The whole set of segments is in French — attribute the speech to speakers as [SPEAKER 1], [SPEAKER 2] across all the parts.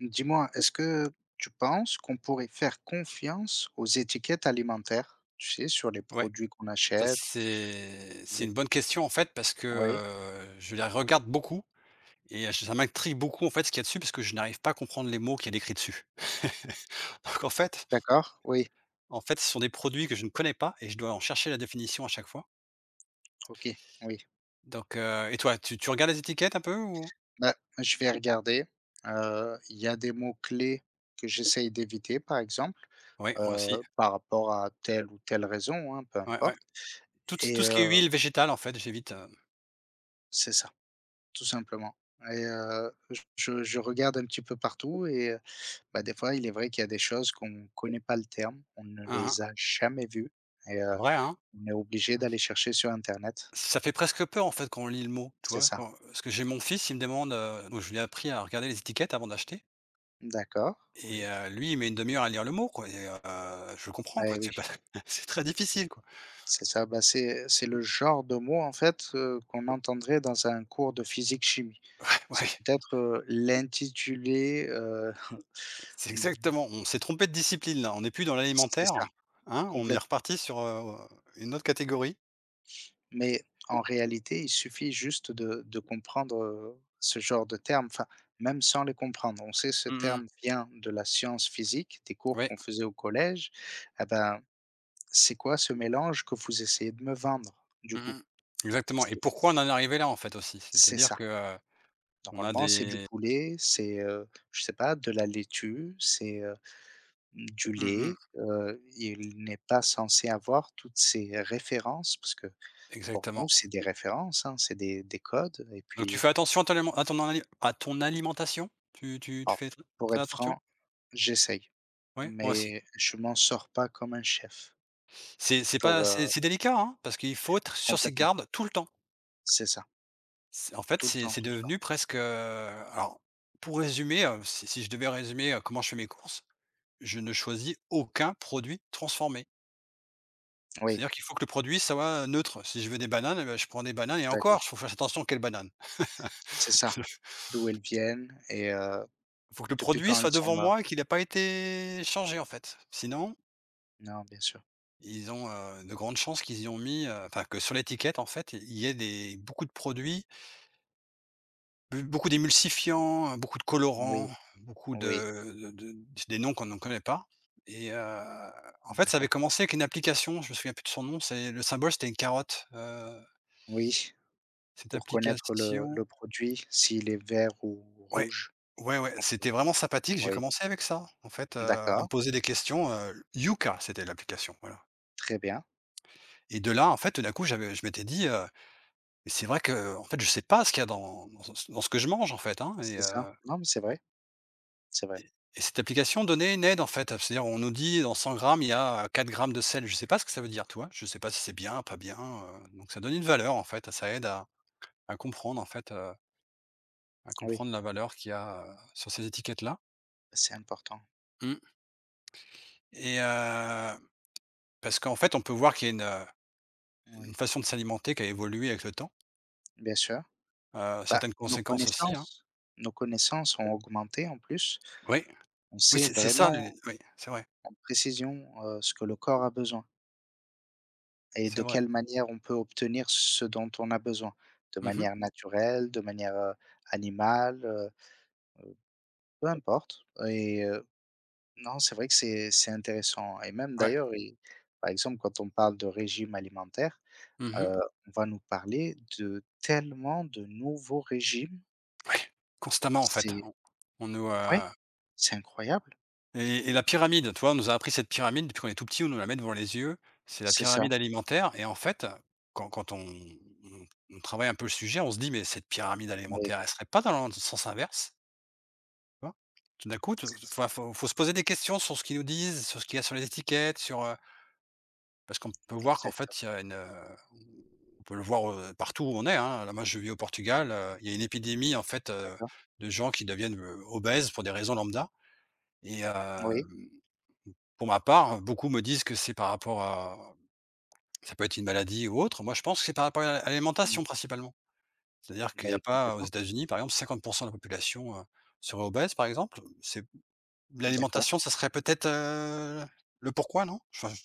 [SPEAKER 1] Dis-moi, est-ce que tu penses qu'on pourrait faire confiance aux étiquettes alimentaires, tu sais, sur les
[SPEAKER 2] Ouais,
[SPEAKER 1] produits qu'on
[SPEAKER 2] ça
[SPEAKER 1] achète?
[SPEAKER 2] c'est c'est
[SPEAKER 1] Les...
[SPEAKER 2] une bonne question en fait parce que,
[SPEAKER 1] Oui,
[SPEAKER 2] je les regarde beaucoup et j ça m'intrigue beaucoup en fait ce qu'il y a dessus parce que je n'arrive pas à comprendre les mots qu'il y a décrits dessus. Donc en fait
[SPEAKER 1] d'accord, oui,
[SPEAKER 2] en fait ce sont des produits que je ne connais pas et je dois en chercher la définition à chaque fois.
[SPEAKER 1] ok, oui.
[SPEAKER 2] Donc, et toi, tu regardes les étiquettes un peu ou?
[SPEAKER 1] Bah, je vais regarder. Il y a des mots-clés que j'essaye d'éviter, par exemple,
[SPEAKER 2] Oui, moi aussi.
[SPEAKER 1] par rapport à telle ou telle raison, hein, peu
[SPEAKER 2] Ouais, ouais.
[SPEAKER 1] importe.
[SPEAKER 2] Tout tout
[SPEAKER 1] Et
[SPEAKER 2] ce qui est huile végétale en fait, j'évite.
[SPEAKER 1] c'est ça, tout simplement. Et je regarde un petit peu partout et bah, des fois, il est vrai qu'il y a des choses qu'on ne connaît pas le terme, on ne
[SPEAKER 2] Hein,
[SPEAKER 1] les
[SPEAKER 2] hein.
[SPEAKER 1] a jamais vues et
[SPEAKER 2] Vrai, hein?
[SPEAKER 1] on est obligé d'aller chercher sur internet.
[SPEAKER 2] Ça fait presque peur en fait quand on lit le mot, tu
[SPEAKER 1] C'est
[SPEAKER 2] vois?
[SPEAKER 1] ça.
[SPEAKER 2] Quand parce que j'ai mon fils, il me demande, donc je lui ai appris à regarder les étiquettes avant d'acheter.
[SPEAKER 1] D'accord,
[SPEAKER 2] Et
[SPEAKER 1] oui.
[SPEAKER 2] lui, il met une demi heure à lire le mot, quoi et je comprends, quoi,
[SPEAKER 1] Eh oui,
[SPEAKER 2] c'est pas c'est très difficile, quoi.
[SPEAKER 1] c'est ça, bah, c'est le genre de mot, en fait, qu'on entendrait dans un cours de physique-chimie.
[SPEAKER 2] Ouais,
[SPEAKER 1] C'est peut-être, l'intitulé,
[SPEAKER 2] c'est exactement, on s'est trompé de discipline, là, on n'est plus dans
[SPEAKER 1] c'est ça,
[SPEAKER 2] l'alimentaire, hein, on est
[SPEAKER 1] complètement.
[SPEAKER 2] reparti sur, une autre catégorie.
[SPEAKER 1] Mais en réalité, il suffit juste de comprendre, ce genre de termes, enfin, même sans les comprendre. On sait ce
[SPEAKER 2] Mmh mh.
[SPEAKER 1] terme vient de la science physique, des cours
[SPEAKER 2] Ouais.
[SPEAKER 1] qu'on faisait au collège. Eh ben, c'est quoi ce mélange que vous essayez de me vendre, du
[SPEAKER 2] Mmh
[SPEAKER 1] coup?
[SPEAKER 2] mh. Exactement, et
[SPEAKER 1] C'est
[SPEAKER 2] pourquoi on
[SPEAKER 1] c'est
[SPEAKER 2] en est arrivé là, en fait, aussi?
[SPEAKER 1] c'est
[SPEAKER 2] C'est-à-dire
[SPEAKER 1] ça.
[SPEAKER 2] que, on a
[SPEAKER 1] Normalement, c'est du
[SPEAKER 2] des
[SPEAKER 1] poulet, c'est, je sais pas, de la laitue, c'est, du
[SPEAKER 2] Mmh mh.
[SPEAKER 1] lait, il n'est pas censé avoir toutes ces références parce que pour nous,
[SPEAKER 2] Exactement.
[SPEAKER 1] c'est des références, hein, c'est des codes et
[SPEAKER 2] Donc tu
[SPEAKER 1] puis.
[SPEAKER 2] fais attention à ton alimen à ton ali à ton alimentation? Tu tu tu
[SPEAKER 1] Alors,
[SPEAKER 2] fais tr
[SPEAKER 1] pour
[SPEAKER 2] très
[SPEAKER 1] être
[SPEAKER 2] attention?
[SPEAKER 1] franc, j'essaye,
[SPEAKER 2] Oui, moi aussi.
[SPEAKER 1] mais je m'en sors pas comme un chef
[SPEAKER 2] C'est
[SPEAKER 1] pour,
[SPEAKER 2] pas c'est
[SPEAKER 1] heu
[SPEAKER 2] c'est délicat, hein, parce qu'il faut être sur ses
[SPEAKER 1] complètement.
[SPEAKER 2] gardes tout le temps.
[SPEAKER 1] C'est ça,
[SPEAKER 2] C'est en fait,
[SPEAKER 1] tout le temps,
[SPEAKER 2] c'est
[SPEAKER 1] tout le temps.
[SPEAKER 2] devenu presque. Alors, pour résumer, si je devais résumer, comment je fais mes courses, je ne choisis aucun produit transformé.
[SPEAKER 1] Oui,
[SPEAKER 2] C'est-à-dire qu'il faut que le produit soit neutre. Si je veux des bananes, eh beh, je prends des bananes et encore,
[SPEAKER 1] d'accord.
[SPEAKER 2] il faut faire attention quelles bananes.
[SPEAKER 1] C'est ça, d'où elles viennent et
[SPEAKER 2] Il faut que le
[SPEAKER 1] depuis
[SPEAKER 2] produit
[SPEAKER 1] quand elles
[SPEAKER 2] soit
[SPEAKER 1] sont
[SPEAKER 2] devant
[SPEAKER 1] là.
[SPEAKER 2] moi et qu'il ait pas été changé, en fait. Sinon,
[SPEAKER 1] Non, bien sûr.
[SPEAKER 2] ils ont, de grandes chances qu'ils y ont mis, enfin que sur l'étiquette, en fait, il y ait des beaucoup de produits. Be Beaucoup d'émulsifiants, beaucoup de
[SPEAKER 1] Oui,
[SPEAKER 2] colorants, beaucoup
[SPEAKER 1] oui,
[SPEAKER 2] de des noms qu'on ne connaît pas et en fait, ça avait
[SPEAKER 1] d'accord.
[SPEAKER 2] commencé avec une application, je me souviens plus de son nom, c'est le symbole, c'était une carotte,
[SPEAKER 1] Oui,
[SPEAKER 2] cette
[SPEAKER 1] pour connaître le
[SPEAKER 2] application.
[SPEAKER 1] le produit, s'il est vert ou
[SPEAKER 2] Ouais,
[SPEAKER 1] rouge.
[SPEAKER 2] ouais, ouais,
[SPEAKER 1] OK,
[SPEAKER 2] c'était vraiment sympathique, j'ai
[SPEAKER 1] oui,
[SPEAKER 2] commencé avec ça, en fait, à me
[SPEAKER 1] d'accord,
[SPEAKER 2] poser des questions, Yuka, c'était l'application, voilà,
[SPEAKER 1] très bien,
[SPEAKER 2] et de là, en fait, tout d'un coup, j'avais je m'étais dit, «Mais c'est vrai que, en fait, je sais pas ce qu'il y a dans ce que je mange, en fait, hein»
[SPEAKER 1] c'est ça. Non, mais c'est vrai, c'est vrai.
[SPEAKER 2] Et cette application donnait une aide en fait, c'est-à-dire on nous dit dans 100 grammes, il y a 4 grammes de sel. Je sais pas ce que ça veut dire, tu vois? Je sais pas si c'est bien, pas bien, donc ça donne une valeur en fait, ça aide à comprendre en fait, à
[SPEAKER 1] Oui,
[SPEAKER 2] comprendre la valeur qu'il y a, sur ces étiquettes-là.
[SPEAKER 1] c'est important.
[SPEAKER 2] Mmh. Et parce qu'en fait, on peut voir qu'il y a une
[SPEAKER 1] Oui,
[SPEAKER 2] façon de s'alimenter qui a évolué avec le temps,
[SPEAKER 1] bien sûr. Bah,
[SPEAKER 2] certaines
[SPEAKER 1] nos
[SPEAKER 2] conséquences aussi, hein.
[SPEAKER 1] connaissances nos connaissances ont augmenté en plus.
[SPEAKER 2] Oui,
[SPEAKER 1] On
[SPEAKER 2] oui,
[SPEAKER 1] sait
[SPEAKER 2] c'est ça
[SPEAKER 1] vraiment
[SPEAKER 2] les oui, c'est vrai,
[SPEAKER 1] en précision, ce que le corps a besoin et
[SPEAKER 2] c'est
[SPEAKER 1] de
[SPEAKER 2] vrai.
[SPEAKER 1] quelle manière on peut obtenir ce dont on a besoin. De
[SPEAKER 2] Mmh mh.
[SPEAKER 1] manière naturelle, de manière, animale, peu importe et non, c'est vrai que c'est intéressant et même
[SPEAKER 2] Ouais.
[SPEAKER 1] d'ailleurs et par exemple, quand on parle de régime alimentaire,
[SPEAKER 2] Mmh.
[SPEAKER 1] heu, on va nous parler de tellement de nouveaux régimes.
[SPEAKER 2] Ouais, constamment en fait,
[SPEAKER 1] C'est
[SPEAKER 2] on nous,
[SPEAKER 1] Ouais,
[SPEAKER 2] heu
[SPEAKER 1] c'est incroyable.
[SPEAKER 2] Et la pyramide, tu vois? On nous a appris cette pyramide depuis qu'on est tout petit, on nous la met devant les yeux. C'est la
[SPEAKER 1] C'est ça,
[SPEAKER 2] pyramide alimentaire et en fait, quand on on on travaille un peu le sujet, on se dit: «Mais cette pyramide
[SPEAKER 1] oui,
[SPEAKER 2] alimentaire, elle serait pas dans le sens inverse?» Tu vois? Tout d'un coup, te
[SPEAKER 1] c'est ça.
[SPEAKER 2] enfin, faut se poser des questions sur ce qu'ils nous disent, sur ce qu'il y a sur les étiquettes, parce qu'on peut voir qu'en
[SPEAKER 1] Exact,
[SPEAKER 2] fait, il y a une, on peut le voir, partout où on est, hein. Là, moi, je vis au Portugal, il y a une épidémie, en fait,
[SPEAKER 1] d'accord.
[SPEAKER 2] de gens qui deviennent, obèses pour des raisons lambda et
[SPEAKER 1] Oui.
[SPEAKER 2] hem Pour ma part, hein, beaucoup me disent que c'est par rapport à ça peut être une maladie ou autre. Moi, je pense que c'est par rapport à
[SPEAKER 1] Mmh.
[SPEAKER 2] l'alimentation principalement. C'est-à-dire qu'il n'y a
[SPEAKER 1] Mais
[SPEAKER 2] pas aux
[SPEAKER 1] complètement.
[SPEAKER 2] États-Unis, par exemple, 50% de la population, serait obèse, par exemple. C'est
[SPEAKER 1] D'accord.
[SPEAKER 2] l'alimentation, ça serait peut-être, le pourquoi, non? Enfin, je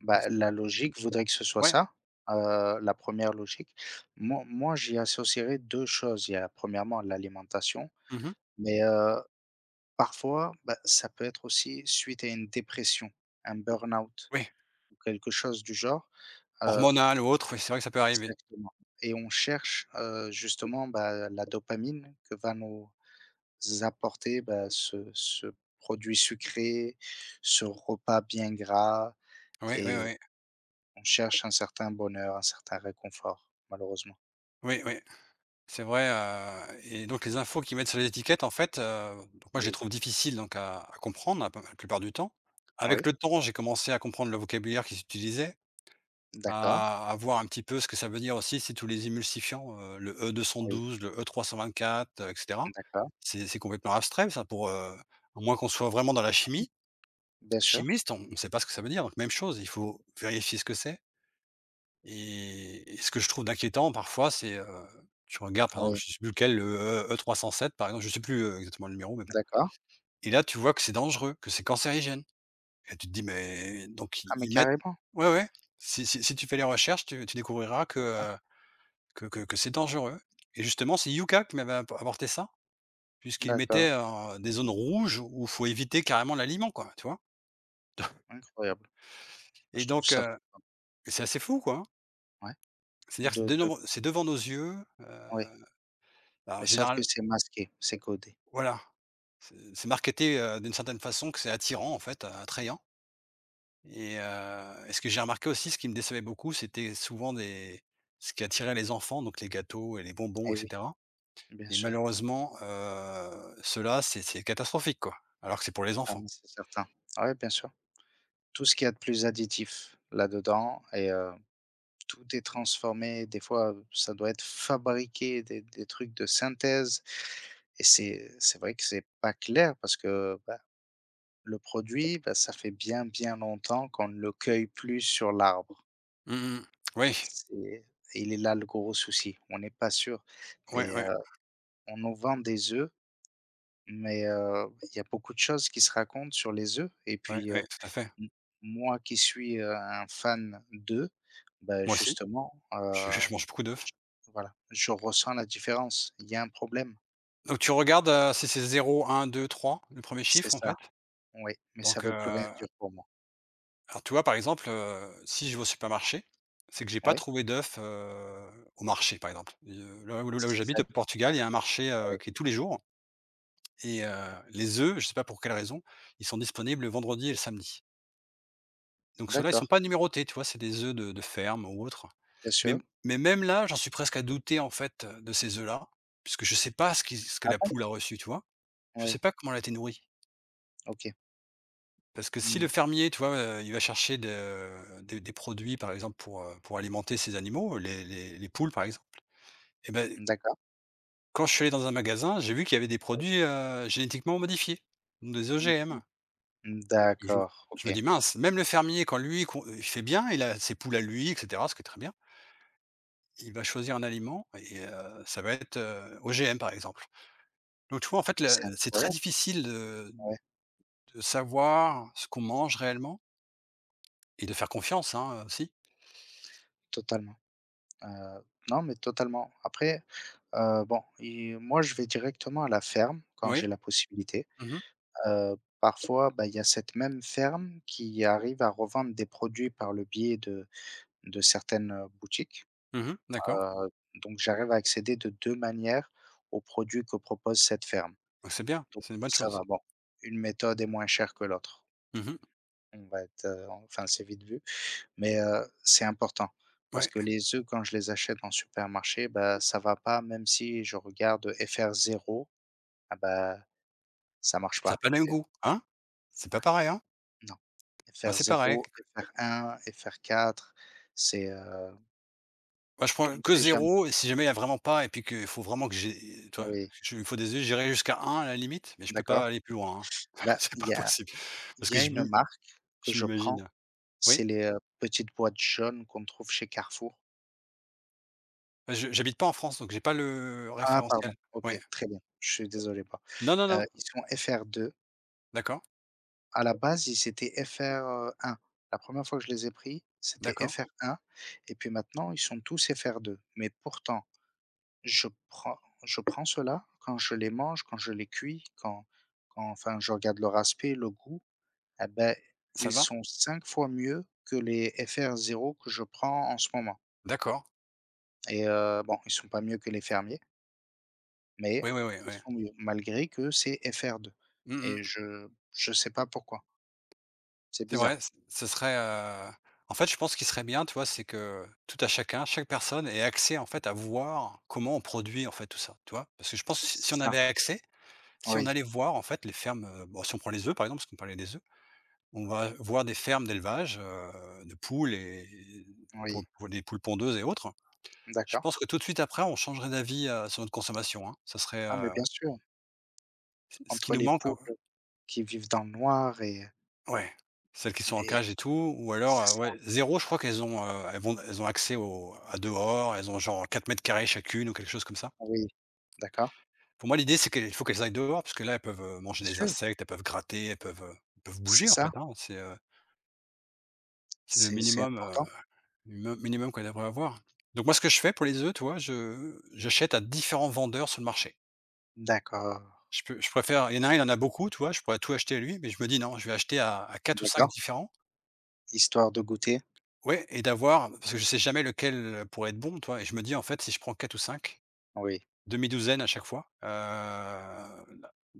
[SPEAKER 1] Bah, la logique voudrait que ce soit
[SPEAKER 2] ouais.
[SPEAKER 1] ça, la première logique. Moi, j'y associerais 2 choses. Il y a premièrement l'alimentation,
[SPEAKER 2] Mmh.
[SPEAKER 1] mais parfois, bah, ça peut être aussi suite à une dépression, un burn-out
[SPEAKER 2] Oui,
[SPEAKER 1] ou quelque chose du genre, heu
[SPEAKER 2] hormonal ou autre, oui, c'est vrai que ça peut arriver.
[SPEAKER 1] exactement et on cherche, justement, bah, la dopamine que va nous apporter, bah, ce produit sucré, ce repas bien gras
[SPEAKER 2] Oui, oui,
[SPEAKER 1] et
[SPEAKER 2] oui.
[SPEAKER 1] on cherche un certain bonheur, un certain réconfort, malheureusement.
[SPEAKER 2] Oui, oui. C'est vrai, et donc les infos qu'ils mettent sur les étiquettes en fait, donc moi je les
[SPEAKER 1] Oui.
[SPEAKER 2] trouve difficiles donc à comprendre la plupart du temps.
[SPEAKER 1] Oui,
[SPEAKER 2] Avec le temps, j'ai commencé à comprendre le vocabulaire qu'ils utilisaient,
[SPEAKER 1] d'accord.
[SPEAKER 2] à voir un petit peu ce que ça veut dire aussi, c'est tous les émulsifiants, le e deux cent
[SPEAKER 1] Oui,
[SPEAKER 2] douze, le E324, et cetera.
[SPEAKER 1] d'accord.
[SPEAKER 2] C'est complètement abstrait ça pour, à moins qu'on soit vraiment dans la
[SPEAKER 1] Ah oui,
[SPEAKER 2] chimie,
[SPEAKER 1] bien sûr.
[SPEAKER 2] chimiste, on ne sait pas ce que ça veut dire, donc même chose, il faut vérifier ce que c'est. Et ce que je trouve d'inquiétant parfois, c'est, tu regardes par exemple,
[SPEAKER 1] Oui,
[SPEAKER 2] je sais plus lequel, le E307 par exemple, je sais plus, exactement le numéro mais bon,
[SPEAKER 1] d'accord.
[SPEAKER 2] et là tu vois que c'est dangereux, que c'est cancérigène et tu te dis: «Mais» donc
[SPEAKER 1] Ah mais
[SPEAKER 2] ils mettent.
[SPEAKER 1] carrément,
[SPEAKER 2] Ouais, ouais, si tu fais les recherches, tu découvriras que,
[SPEAKER 1] d'accord,
[SPEAKER 2] que c'est dangereux et justement c'est Yuka qui m'avait ap apporté ça puisqu'il mettait,
[SPEAKER 1] d'accord,
[SPEAKER 2] des zones rouges où faut éviter carrément l'aliment quoi, tu vois?
[SPEAKER 1] incroyable. Moi,
[SPEAKER 2] Et
[SPEAKER 1] je trouve
[SPEAKER 2] donc
[SPEAKER 1] ça
[SPEAKER 2] c'est assez fou quoi, hein.
[SPEAKER 1] fou, ouais,
[SPEAKER 2] C'est-à-dire que
[SPEAKER 1] de
[SPEAKER 2] c'est devant nos yeux,
[SPEAKER 1] oui,
[SPEAKER 2] alors
[SPEAKER 1] mais sauf
[SPEAKER 2] général
[SPEAKER 1] que c'est masqué, c'est codé.
[SPEAKER 2] Voilà. C'est marketé, d'une certaine façon que c'est attirant en fait, attrayant, et ce que j'ai remarqué aussi, ce qui me décevait beaucoup, c'était souvent des ce qui attirait les enfants, donc les gâteaux et les bonbons et
[SPEAKER 1] Eh oui,
[SPEAKER 2] cetera,
[SPEAKER 1] bien
[SPEAKER 2] et
[SPEAKER 1] sûr.
[SPEAKER 2] malheureusement, ceux c'est catastrophique quoi, alors que c'est pour les
[SPEAKER 1] Ah
[SPEAKER 2] enfants.
[SPEAKER 1] mais c'est certain. Oui. Bien sûr. Tout ce qu'il y a de plus additif là-dedans et tout est transformé. Des fois, ça doit être fabriqué, des trucs de synthèse. Et c'est vrai que c'est pas clair parce que bah, le produit, bah, ça fait bien, bien longtemps qu'on ne le cueille plus sur l'arbre.
[SPEAKER 2] Mmh mh. Oui.
[SPEAKER 1] C'est- Il est là le gros souci. On n'est pas sûr.
[SPEAKER 2] Oui,
[SPEAKER 1] Et
[SPEAKER 2] ouais,
[SPEAKER 1] on nous vend des œufs, mais il y a beaucoup de choses qui se racontent sur les œufs. Et
[SPEAKER 2] ouais,
[SPEAKER 1] puis,
[SPEAKER 2] ouais, tout à fait.
[SPEAKER 1] M moi qui suis, un fan d'eux, ben
[SPEAKER 2] Moi aussi,
[SPEAKER 1] justement,
[SPEAKER 2] je mange beaucoup d'œufs.
[SPEAKER 1] j voilà, je ressens la différence. Il y a un problème,
[SPEAKER 2] Donc tu regardes, si c'est zéro, un, deux, trois, le premier
[SPEAKER 1] c'est
[SPEAKER 2] chiffre en
[SPEAKER 1] ça,
[SPEAKER 2] fait,
[SPEAKER 1] oui, mais ça
[SPEAKER 2] donc
[SPEAKER 1] veut
[SPEAKER 2] heu
[SPEAKER 1] plus rien dire pour moi.
[SPEAKER 2] alors, tu vois, par exemple, si je vais au supermarché, c'est que j'ai pas
[SPEAKER 1] Oui,
[SPEAKER 2] trouvé d'œufs, au marché, par exemple. Et là où
[SPEAKER 1] c'est
[SPEAKER 2] j'habite,
[SPEAKER 1] ça
[SPEAKER 2] au
[SPEAKER 1] qu'il faut
[SPEAKER 2] Portugal,
[SPEAKER 1] faire,
[SPEAKER 2] il y a un marché,
[SPEAKER 1] oui,
[SPEAKER 2] qui est tous les jours et les œufs, je sais pas pour quelle raison, ils sont disponibles le vendredi et le
[SPEAKER 1] oui.
[SPEAKER 2] samedi. Donc ceux-là, ils sont
[SPEAKER 1] D'accord,
[SPEAKER 2] pas numérotés, tu vois? C'est des œufs de ferme ou autre.
[SPEAKER 1] bien
[SPEAKER 2] Mais
[SPEAKER 1] sûr.
[SPEAKER 2] mais même là, j'en suis presque à douter, en fait, de ces œufs-là, puisque je sais pas ce que
[SPEAKER 1] Ah
[SPEAKER 2] la
[SPEAKER 1] bon?
[SPEAKER 2] poule a reçu, tu vois? Je sais
[SPEAKER 1] Oui,
[SPEAKER 2] pas comment elle a été nourrie.
[SPEAKER 1] OK.
[SPEAKER 2] Parce que si le
[SPEAKER 1] Mmh.
[SPEAKER 2] fermier, tu vois, il va chercher de des produits, par exemple, pour alimenter ses animaux, les poules, par exemple, et ben,
[SPEAKER 1] D'accord,
[SPEAKER 2] quand je suis allé dans un magasin, j'ai vu qu'il y avait des
[SPEAKER 1] oui.
[SPEAKER 2] produits, génétiquement modifiés, donc des
[SPEAKER 1] Mmh
[SPEAKER 2] OGM
[SPEAKER 1] mmh,
[SPEAKER 2] et
[SPEAKER 1] d'accord,
[SPEAKER 2] je me
[SPEAKER 1] OK.
[SPEAKER 2] dis: «Mince, même le fermier, quand lui, con il fait bien, il a ses poules à lui et cetera, ce qui est très bien, il va choisir un aliment et ça va être, OGM, par exemple». Donc tu vois, en fait,
[SPEAKER 1] C'est
[SPEAKER 2] le c'est très
[SPEAKER 1] incroyable,
[SPEAKER 2] difficile de
[SPEAKER 1] ouais,
[SPEAKER 2] savoir ce qu'on mange réellement et de faire confiance, hein, aussi.
[SPEAKER 1] totalement. Heu, non, mais totalement. Après, bon, et moi, je vais directement à la ferme quand
[SPEAKER 2] Oui.
[SPEAKER 1] j'ai la possibilité.
[SPEAKER 2] Mmh mh.
[SPEAKER 1] Parfois, bah, il y a cette même ferme qui arrive à revendre des produits par le biais de certaines, boutiques.
[SPEAKER 2] Mmh. D'accord.
[SPEAKER 1] Heu, donc j'arrive à accéder de 2 manières aux produits que propose cette ferme.
[SPEAKER 2] Bah, c'est bien,
[SPEAKER 1] Donc
[SPEAKER 2] c'est une bonne
[SPEAKER 1] ça
[SPEAKER 2] chose.
[SPEAKER 1] va, bon, une méthode est moins chère que l'autre.
[SPEAKER 2] Mmh mh.
[SPEAKER 1] On va être, enfin c'est vite vu, mais, c'est important parce que
[SPEAKER 2] Ouais,
[SPEAKER 1] les œufs quand je les achète en supermarché, bah, ça va pas même si je regarde FR0, ah bah, ça marche
[SPEAKER 2] ça a
[SPEAKER 1] pas
[SPEAKER 2] pas le même
[SPEAKER 1] et
[SPEAKER 2] goût, hein? C'est
[SPEAKER 1] ouais.
[SPEAKER 2] pas pareil, hein?
[SPEAKER 1] Non.
[SPEAKER 2] Moi, c'est pareil.
[SPEAKER 1] FR0, FR1, FR4, c'est,
[SPEAKER 2] Moi, je
[SPEAKER 1] on
[SPEAKER 2] prends
[SPEAKER 1] ne
[SPEAKER 2] que
[SPEAKER 1] sait jamais.
[SPEAKER 2] zéro. Et si jamais il y a vraiment pas et puis qu'il faut vraiment que j'ai, tu vois?
[SPEAKER 1] Oui,
[SPEAKER 2] Je Il me faut des œufs, j'irai jusqu'à un à la limite, mais je peux pas
[SPEAKER 1] d'accord.
[SPEAKER 2] aller plus loin, hein.
[SPEAKER 1] Bah,
[SPEAKER 2] C'est
[SPEAKER 1] il
[SPEAKER 2] pas
[SPEAKER 1] y a
[SPEAKER 2] possible
[SPEAKER 1] il
[SPEAKER 2] parce
[SPEAKER 1] y
[SPEAKER 2] que
[SPEAKER 1] a une marque que
[SPEAKER 2] je
[SPEAKER 1] je prends,
[SPEAKER 2] m'imagine, oui?
[SPEAKER 1] c'est les, petites boîtes jaunes qu'on trouve chez Carrefour.
[SPEAKER 2] Je J'habite pas en France, donc j'ai pas le
[SPEAKER 1] Ah
[SPEAKER 2] référentiel.
[SPEAKER 1] pardon, OK,
[SPEAKER 2] Ouais.
[SPEAKER 1] très bien, je suis désolé pas.
[SPEAKER 2] Non, non, non.
[SPEAKER 1] Ils sont FR2.
[SPEAKER 2] D'accord,
[SPEAKER 1] À la base, ils étaient FR1. La première fois que je les ai pris, c'était
[SPEAKER 2] d'accord.
[SPEAKER 1] FR1. Et puis maintenant, ils sont tous FR2. Mais pourtant Je prends je prends cela quand je les mange, quand je les cuis, quand enfin je regarde leur aspect, le goût, eh ben
[SPEAKER 2] Ça
[SPEAKER 1] ils
[SPEAKER 2] va?
[SPEAKER 1] sont 5 fois mieux que les FR0 que je prends en ce moment
[SPEAKER 2] D'accord.
[SPEAKER 1] et bon, ils sont pas mieux que les fermiers, mais
[SPEAKER 2] Oui, oui, oui,
[SPEAKER 1] ils
[SPEAKER 2] oui.
[SPEAKER 1] sont mieux malgré que c'est FR2
[SPEAKER 2] Mmh
[SPEAKER 1] et
[SPEAKER 2] mmh.
[SPEAKER 1] je sais pas pourquoi. C'est
[SPEAKER 2] C'est
[SPEAKER 1] bizarre.
[SPEAKER 2] vrai, c ce serait, en fait, je pense qu'il serait bien, tu vois, c'est que tout à chacun, chaque personne ait accès, en fait, à voir comment on produit, en fait, tout ça, tu vois? Parce que je pense que si
[SPEAKER 1] C'est
[SPEAKER 2] si on
[SPEAKER 1] ça.
[SPEAKER 2] avait accès, si on
[SPEAKER 1] Oui,
[SPEAKER 2] allait voir, en fait, les fermes, bon, si on prend les œufs, par exemple, parce qu'on parlait des œufs, on va voir des fermes d'élevage, de poules et pour
[SPEAKER 1] oui.
[SPEAKER 2] pour des poules pondeuses et autres. Je
[SPEAKER 1] D'accord.
[SPEAKER 2] pense que tout de suite après, on changerait d'avis, sur notre consommation, hein. Ça serait,
[SPEAKER 1] Ah mais bien sûr,
[SPEAKER 2] c ce qui
[SPEAKER 1] entre
[SPEAKER 2] nous
[SPEAKER 1] les
[SPEAKER 2] manque, hein.
[SPEAKER 1] poules qui vivent dans le noir et
[SPEAKER 2] Ouais, celles qui sont en
[SPEAKER 1] les
[SPEAKER 2] cage et tout ou alors,
[SPEAKER 1] c'est ça,
[SPEAKER 2] ouais 0 je crois qu'elles ont, elles ont accès au à dehors, elles ont genre 4 m² chacune ou quelque chose comme ça.
[SPEAKER 1] oui. D'accord,
[SPEAKER 2] Pour moi, l'idée c'est qu'il faut qu'elles aillent dehors parce que là elles peuvent, manger
[SPEAKER 1] bien
[SPEAKER 2] des
[SPEAKER 1] sûr.
[SPEAKER 2] insectes, elles peuvent gratter, elles peuvent
[SPEAKER 1] C'est
[SPEAKER 2] bouger en
[SPEAKER 1] ça?
[SPEAKER 2] fait, hein. C'est le
[SPEAKER 1] C'est
[SPEAKER 2] minimum,
[SPEAKER 1] important?
[SPEAKER 2] minu minimum qu'elles devraient avoir. Donc moi, ce que je fais pour les œufs, tu vois, je j'achète à différents vendeurs sur le marché.
[SPEAKER 1] D'accord,
[SPEAKER 2] Je préfère, il y en a un, il en a beaucoup, tu vois, je pourrais tout acheter à lui, mais je me dis: «Non, je vais acheter à quatre ou 5
[SPEAKER 1] d'accord.
[SPEAKER 2] différents».
[SPEAKER 1] Histoire de goûter?
[SPEAKER 2] Ouais, et d'avoir, parce que je sais jamais lequel pourrait être bon, toi. Et je me dis: «En fait, si je prends 4 ou 5,
[SPEAKER 1] Oui,
[SPEAKER 2] demi-douzaine à chaque fois,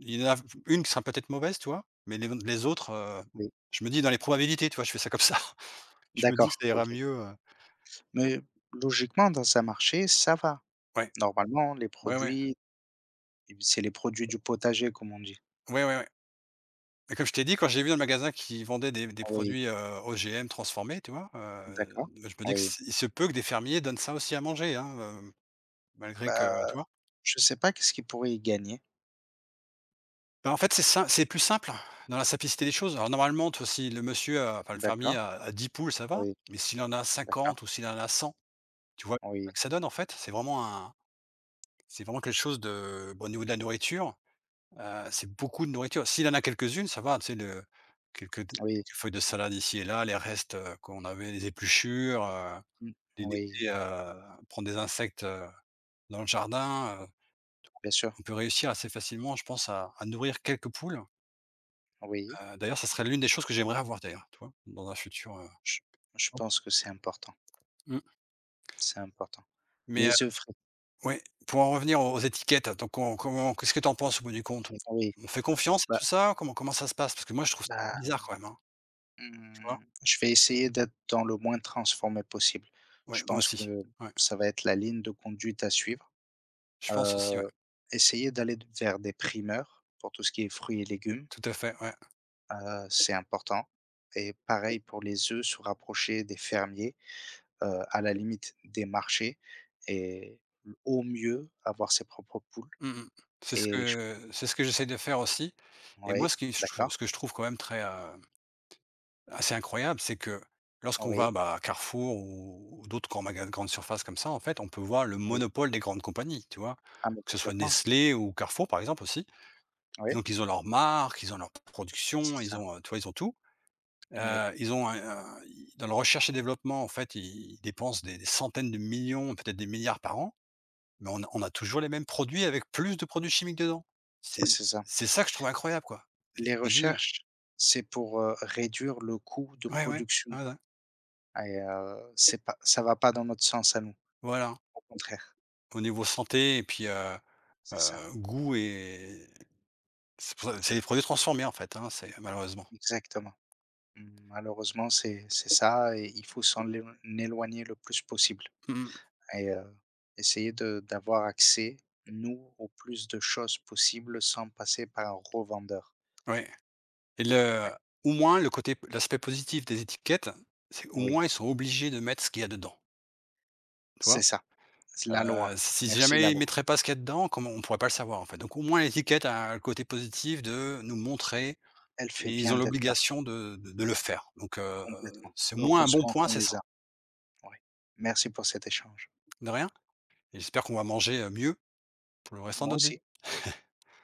[SPEAKER 2] il y en a une qui sera peut-être mauvaise», tu vois? Mais les autres,
[SPEAKER 1] oui.
[SPEAKER 2] je me dis, dans les probabilités, tu vois? Je fais ça comme ça. Je me dis que
[SPEAKER 1] D'accord,
[SPEAKER 2] ça ira
[SPEAKER 1] OK.
[SPEAKER 2] mieux,
[SPEAKER 1] Mais logiquement, dans un marché, ça va.
[SPEAKER 2] ouais,
[SPEAKER 1] Normalement, les
[SPEAKER 2] ouais, ouais,
[SPEAKER 1] produits, c'est les produits du potager, comme on dit.
[SPEAKER 2] ouais, ouais, ouais. Et comme je t'ai dit, quand j'ai vu dans le magasin qui vendait des
[SPEAKER 1] Oui,
[SPEAKER 2] produits, OGM transformés, tu vois?
[SPEAKER 1] d'accord,
[SPEAKER 2] Bah, je me dis que
[SPEAKER 1] oui.
[SPEAKER 2] s il se peut que des fermiers donnent ça aussi à manger, hein, malgré
[SPEAKER 1] Bah,
[SPEAKER 2] que, tu vois?
[SPEAKER 1] je sais pas qu'est-ce qu'ils pourraient y gagner.
[SPEAKER 2] Bah, en fait, c'est plus simple dans la simplicité des choses. Alors normalement, toi, si le fermier
[SPEAKER 1] D'accord,
[SPEAKER 2] a 10 poules, ça va,
[SPEAKER 1] oui,
[SPEAKER 2] mais s'il en a
[SPEAKER 1] d'accord,
[SPEAKER 2] 50 ou s'il en a 100, tu vois pas
[SPEAKER 1] oui,
[SPEAKER 2] que ça donne en fait. C'est vraiment quelque chose de bon, au niveau de la nourriture, c'est beaucoup de nourriture. S'il en a quelques-unes, ça va, tu sais, le quelques quelques
[SPEAKER 1] oui,
[SPEAKER 2] feuilles de salade ici et là, les restes, qu'on avait, les épluchures,
[SPEAKER 1] mmh,
[SPEAKER 2] les laisser,
[SPEAKER 1] oui,
[SPEAKER 2] prendre des insectes, dans le jardin,
[SPEAKER 1] bien sûr,
[SPEAKER 2] on peut réussir assez facilement, je pense, à nourrir quelques poules.
[SPEAKER 1] oui.
[SPEAKER 2] D'ailleurs, ça serait l'une des choses que j'aimerais avoir d'ailleurs, tu vois? Dans un futur,
[SPEAKER 1] Je je pense que c'est important,
[SPEAKER 2] mmh,
[SPEAKER 1] c'est important.
[SPEAKER 2] mais heu,
[SPEAKER 1] Les œufs frais,
[SPEAKER 2] ouais, pour en revenir aux étiquettes, hein. Donc on comment, qu'est-ce que tu en penses au bout du compte? On
[SPEAKER 1] oui,
[SPEAKER 2] on fait confiance à
[SPEAKER 1] bah
[SPEAKER 2] tout ça? Comment ça se passe? Parce que moi, je trouve ça
[SPEAKER 1] bah
[SPEAKER 2] bizarre quand même, hein, tu vois?
[SPEAKER 1] Mmh, je vais essayer d'être dans le moins transformé possible.
[SPEAKER 2] Ouais,
[SPEAKER 1] Je
[SPEAKER 2] moi
[SPEAKER 1] pense
[SPEAKER 2] aussi,
[SPEAKER 1] que
[SPEAKER 2] ouais,
[SPEAKER 1] ça va être la ligne de conduite à suivre.
[SPEAKER 2] je pense aussi, ouais,
[SPEAKER 1] Heu, Essayer d'aller vers des primeurs pour tout ce qui est fruits et légumes,
[SPEAKER 2] tout à fait, ouais.
[SPEAKER 1] c'est important et pareil pour les œufs, se rapprocher des fermiers, à la limite des marchés et au mieux avoir ses propres poules.
[SPEAKER 2] Mmh mh. C'est ce
[SPEAKER 1] Et je
[SPEAKER 2] que c'est ce que j'essaie de faire aussi. Et moi,
[SPEAKER 1] Oui, d'accord,
[SPEAKER 2] ce que je trouve quand même très, assez incroyable, c'est que lorsqu'on va,
[SPEAKER 1] oui,
[SPEAKER 2] bah, à Carrefour ou d'autres grands magasins, de grandes surfaces comme ça, en fait, on peut voir le
[SPEAKER 1] oui.
[SPEAKER 2] monopole des grandes compagnies, tu vois?
[SPEAKER 1] Ah mais
[SPEAKER 2] Que ce soit
[SPEAKER 1] complètement,
[SPEAKER 2] Nestlé ou Carrefour, par exemple, aussi, et
[SPEAKER 1] oui,
[SPEAKER 2] donc ils ont leurs marques, ils ont leur
[SPEAKER 1] c'est
[SPEAKER 2] production, ils
[SPEAKER 1] ça,
[SPEAKER 2] ont, tu vois, ils ont tout.
[SPEAKER 1] oui,
[SPEAKER 2] Ils ont un ils dans la recherche et développement, en fait, ils dépensent des centaines de millions, peut-être des milliards par an, mais on a toujours les mêmes produits avec plus de produits chimiques dedans. C'est
[SPEAKER 1] c'est ça.
[SPEAKER 2] c'est ça que je trouve incroyable, quoi. Je
[SPEAKER 1] Les
[SPEAKER 2] me dis,
[SPEAKER 1] recherches, c'est pour, réduire le coût de
[SPEAKER 2] ouais, ouais,
[SPEAKER 1] production
[SPEAKER 2] ouais, ouais,
[SPEAKER 1] et c'est pas ça va pas dans notre sens à nous,
[SPEAKER 2] voilà,
[SPEAKER 1] au contraire.
[SPEAKER 2] au niveau santé et puis,
[SPEAKER 1] C'est ça,
[SPEAKER 2] Goût. Et c'est pour ça, c'est des produits transformés, en fait, hein, c'est malheureusement.
[SPEAKER 1] exactement. Malheureusement, c'est ça et il faut s'en éloigner le plus possible
[SPEAKER 2] Mmh.
[SPEAKER 1] et essayer de d'avoir accès, nous, au plus de choses possibles sans passer par un revendeur.
[SPEAKER 2] Ouais, et
[SPEAKER 1] Ouais,
[SPEAKER 2] le au moins le côté l'aspect positif des étiquettes, c'est au
[SPEAKER 1] oui,
[SPEAKER 2] moins ils sont obligés de mettre ce qu'il y a dedans, tu vois?
[SPEAKER 1] c'est ça. C'est la loi.
[SPEAKER 2] Si
[SPEAKER 1] Merci la
[SPEAKER 2] jamais ils
[SPEAKER 1] loi.
[SPEAKER 2] mettraient pas ce qu'il y a dedans, comment on pourrait pas le savoir, en fait, donc au moins l'étiquette a le côté positif de nous montrer.
[SPEAKER 1] Elle fait
[SPEAKER 2] Et ils
[SPEAKER 1] bien
[SPEAKER 2] ont
[SPEAKER 1] d'être là,
[SPEAKER 2] l'obligation de le faire, donc
[SPEAKER 1] complètement.
[SPEAKER 2] c'est au moins un bon
[SPEAKER 1] Heureusement
[SPEAKER 2] point,
[SPEAKER 1] qu'on
[SPEAKER 2] c'est ça.
[SPEAKER 1] les a. Oui. Merci pour cet échange.
[SPEAKER 2] De rien, et j'espère qu'on va manger, mieux pour le restant de
[SPEAKER 1] Moi
[SPEAKER 2] notre vie.
[SPEAKER 1] aussi.